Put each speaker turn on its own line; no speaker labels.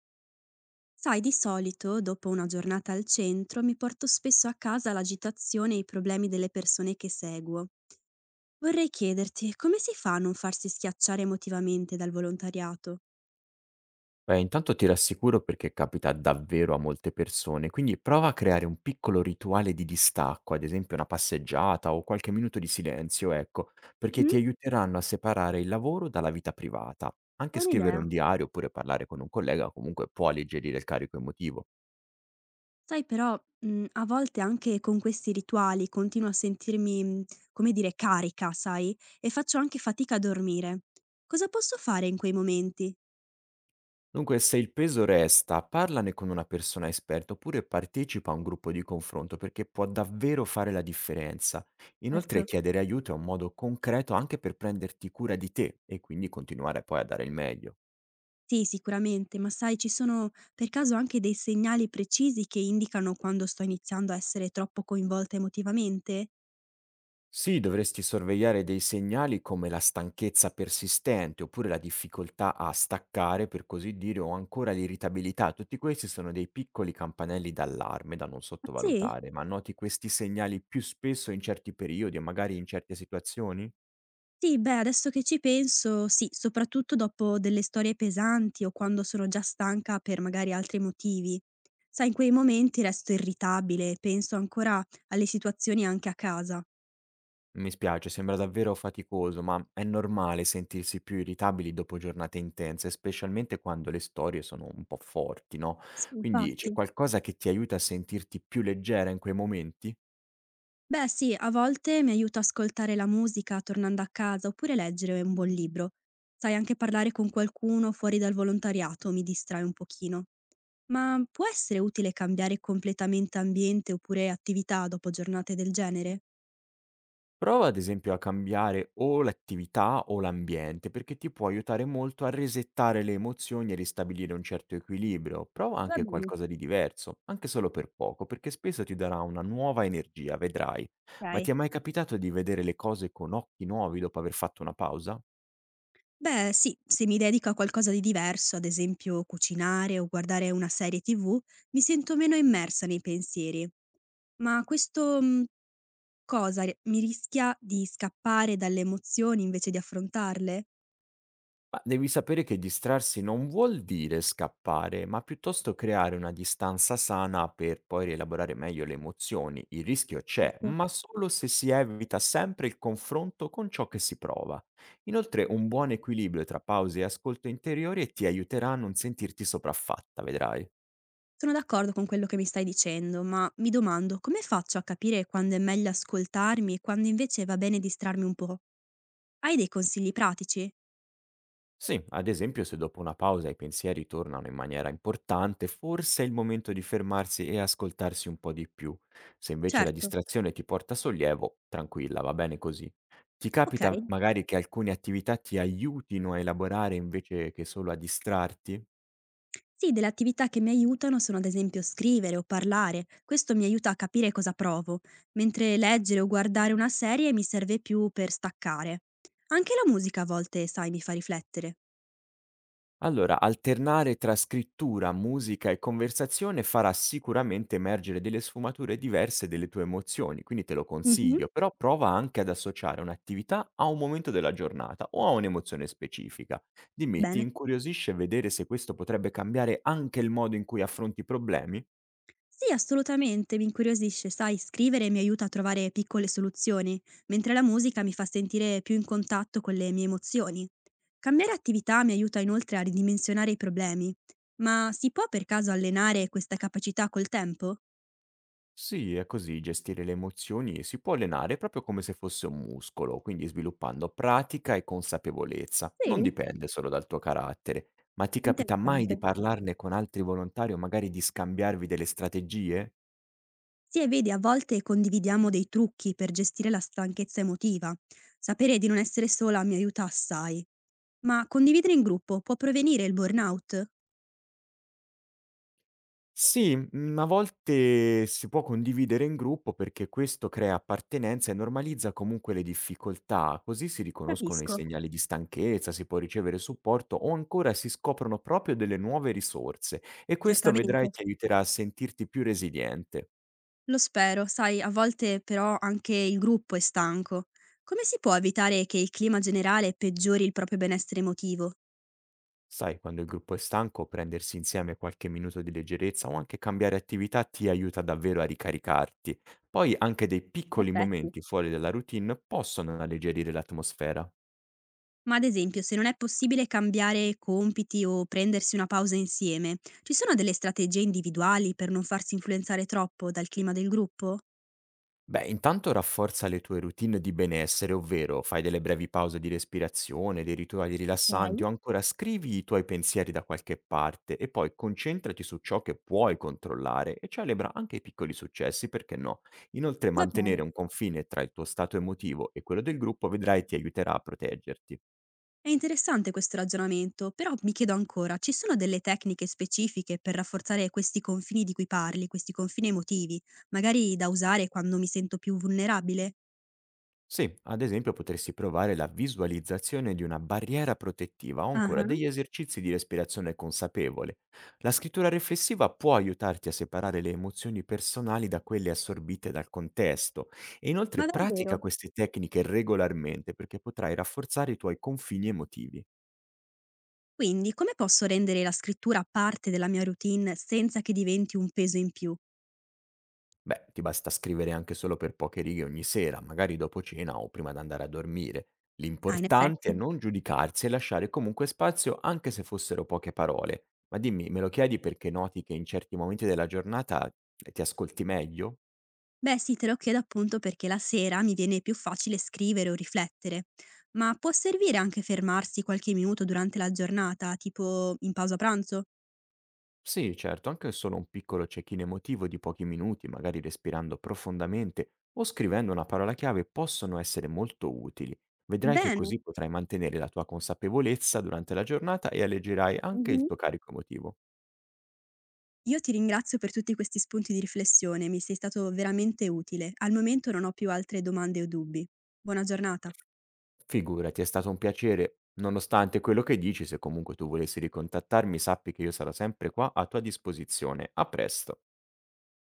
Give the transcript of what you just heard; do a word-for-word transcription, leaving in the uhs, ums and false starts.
Sai, di solito dopo una giornata al centro mi porto spesso a casa l'agitazione e i problemi delle persone che seguo. Vorrei chiederti come si fa a non farsi schiacciare emotivamente dal volontariato?
Beh, intanto ti rassicuro perché capita davvero a molte persone, quindi prova a creare un piccolo rituale di distacco, ad esempio una passeggiata o qualche minuto di silenzio, ecco, perché
Mhm.
ti aiuteranno a separare il lavoro dalla vita privata. Anche
Buona
scrivere
idea.
un diario oppure parlare con un collega comunque può alleggerire il carico emotivo.
Sai però, mm, a volte anche con questi rituali continuo a sentirmi, mm, come dire, carica, sai, e faccio anche fatica a dormire. Cosa posso fare in quei momenti?
Dunque, se il peso resta, parlane con una persona esperta oppure partecipa a un gruppo di confronto perché può davvero fare la differenza. Inoltre,
Certo.
chiedere aiuto è un modo concreto anche per prenderti cura di te e quindi continuare poi a dare il meglio.
Sì, sicuramente, ma sai, ci sono per caso anche dei segnali precisi che indicano quando sto iniziando a essere troppo coinvolta emotivamente?
Sì, dovresti sorvegliare dei segnali come la stanchezza persistente oppure la difficoltà a staccare, per così dire, o ancora l'irritabilità. Tutti questi sono dei piccoli campanelli d'allarme da non
Ah, sì?
sottovalutare, ma noti questi segnali più spesso in certi periodi o magari in certe situazioni?
Sì, beh, adesso che ci penso, sì, soprattutto dopo delle storie pesanti o quando sono già stanca per magari altri motivi. Sai, in quei momenti resto irritabile, penso ancora alle situazioni anche a casa.
Mi spiace, sembra davvero faticoso, ma è normale sentirsi più irritabili dopo giornate intense, specialmente quando le storie sono un po' forti, no?
Sì,
Quindi c'è
infatti.
qualcosa che ti aiuta a sentirti più leggera in quei momenti?
Beh sì, a volte mi aiuta a ascoltare la musica tornando a casa oppure leggere un buon libro. Sai, anche parlare con qualcuno fuori dal volontariato mi distrae un pochino. Ma può essere utile cambiare completamente ambiente oppure attività dopo giornate del genere?
Prova ad esempio a cambiare o l'attività o l'ambiente, perché ti può aiutare molto a resettare le emozioni e ristabilire un certo equilibrio. Prova
Va
anche
bene,
qualcosa di diverso, anche solo per poco, perché spesso ti darà una nuova energia, vedrai. Ma
ok.
ti è mai capitato di vedere le cose con occhi nuovi dopo aver fatto una pausa?
Beh, sì, se mi dedico a qualcosa di diverso, ad esempio cucinare o guardare una serie tivù, mi sento meno immersa nei pensieri. Ma questo mm, cosa r mi rischia di scappare dalle emozioni invece di affrontarle?
Ma devi sapere che distrarsi non vuol dire scappare, ma piuttosto creare una distanza sana per poi rielaborare meglio le emozioni. Il rischio c'è,
Certo,
ma solo se si evita sempre il confronto con ciò che si prova. Inoltre, un buon equilibrio tra pause e ascolto interiore ti aiuterà a non sentirti sopraffatta, vedrai.
sono d'accordo con quello che mi stai dicendo, ma mi domando come faccio a capire quando è meglio ascoltarmi e quando invece va bene distrarmi un po'? Hai dei consigli pratici?
Sì, ad esempio se dopo una pausa i pensieri tornano in maniera importante, forse è il momento di fermarsi e ascoltarsi un po' di più. Se invece la
Certo,
distrazione ti porta sollievo, tranquilla, va bene così. Ti
ok.
capita magari che alcune attività ti aiutino a elaborare invece che solo a distrarti?
Sì, delle attività che mi aiutano sono ad esempio scrivere o parlare, questo mi aiuta a capire cosa provo, mentre leggere o guardare una serie mi serve più per staccare. Anche la musica a volte, sai, mi fa riflettere.
Allora, alternare tra scrittura, musica e conversazione farà sicuramente emergere delle sfumature diverse delle tue emozioni, quindi te lo
Mhm.
consiglio, però prova anche ad associare un'attività a un momento della giornata o a un'emozione specifica. Dimmi, ti
Bene.
incuriosisce vedere se questo potrebbe cambiare anche il modo in cui affronti i problemi?
Sì, assolutamente, mi incuriosisce, sai, scrivere mi aiuta a trovare piccole soluzioni, mentre la musica mi fa sentire più in contatto con le mie emozioni. Cambiare attività mi aiuta inoltre a ridimensionare i problemi, ma si può per caso allenare questa capacità col tempo?
Sì, è così, gestire le emozioni si può allenare proprio come se fosse un muscolo, quindi sviluppando pratica e consapevolezza. Non
Sì,
dipende solo dal tuo carattere, ma ti capita mai di
interessante.
parlarne con altri volontari o magari di scambiarvi delle strategie?
Sì, e vedi, a volte condividiamo dei trucchi per gestire la stanchezza emotiva. Sapere di non essere sola mi aiuta assai. Ma condividere in gruppo può prevenire il burnout?
Sì, mhmm, a volte si può condividere in gruppo perché questo crea appartenenza e normalizza comunque le difficoltà, così si riconoscono i
Capisco.
segnali di stanchezza, si può ricevere supporto o ancora si scoprono proprio delle nuove risorse e questo
Certamente.
vedrai ti aiuterà a sentirti più resiliente.
Lo spero, sai, a volte però anche il gruppo è stanco. Come si può evitare che il clima generale peggiori il proprio benessere emotivo?
Sai, quando il gruppo è stanco, prendersi insieme qualche minuto di leggerezza o anche cambiare attività ti aiuta davvero a ricaricarti. Poi anche dei
In
piccoli
effetti.
momenti fuori dalla routine possono alleggerire l'atmosfera.
Ma ad esempio, se non è possibile cambiare compiti o prendersi una pausa insieme, ci sono delle strategie individuali per non farsi influenzare troppo dal clima del gruppo?
Beh, intanto rafforza le tue routine di benessere, ovvero fai delle brevi pause di respirazione, dei rituali
Ok,
rilassanti o ancora scrivi i tuoi pensieri da qualche parte e poi concentrati su ciò che puoi controllare e celebra anche i piccoli successi, perché no? Inoltre
va bene.
mantenere un confine tra il tuo stato emotivo e quello del gruppo vedrai ti aiuterà a proteggerti.
È interessante questo ragionamento, però mi chiedo ancora, ci sono delle tecniche specifiche per rafforzare questi confini di cui parli, questi confini emotivi, magari da usare quando mi sento più vulnerabile?
Sì, ad esempio potresti provare la visualizzazione di una barriera protettiva o ancora
Ah-ah,
degli esercizi di respirazione consapevole. La scrittura riflessiva può aiutarti a separare le emozioni personali da quelle assorbite dal contesto e inoltre
ma
pratica
davvero?
queste tecniche regolarmente perché potrai rafforzare i tuoi confini emotivi.
Quindi, come posso rendere la scrittura parte della mia routine senza che diventi un peso in più?
Beh, ti basta scrivere anche solo per poche righe ogni sera, magari dopo cena o prima di andare a dormire.
Ah, in
L'importante è
effetti.
non giudicarsi e lasciare comunque spazio anche se fossero poche parole. Ma dimmi, me lo chiedi perché noti che in certi momenti della giornata eh, ti ascolti meglio?
Beh, sì, te lo chiedo appunto perché la sera mi viene più facile scrivere o riflettere. Ma può servire anche fermarsi qualche minuto durante la giornata, tipo in pausa pranzo?
Sì, certo, anche solo un piccolo check-in emotivo di pochi minuti, magari respirando profondamente o scrivendo una parola chiave, possono essere molto utili. Vedrai che
Bene.
così potrai mantenere la tua consapevolezza durante la giornata e alleggerai anche il
Mh-mh.
tuo carico emotivo.
Io ti ringrazio per tutti questi spunti di riflessione, mi sei stato veramente utile. Al momento non ho più altre domande o dubbi. Buona giornata.
Figurati, è stato un piacere. Nonostante quello che dici, se comunque tu volessi ricontattarmi, sappi che io sarò sempre qua a tua disposizione. A presto.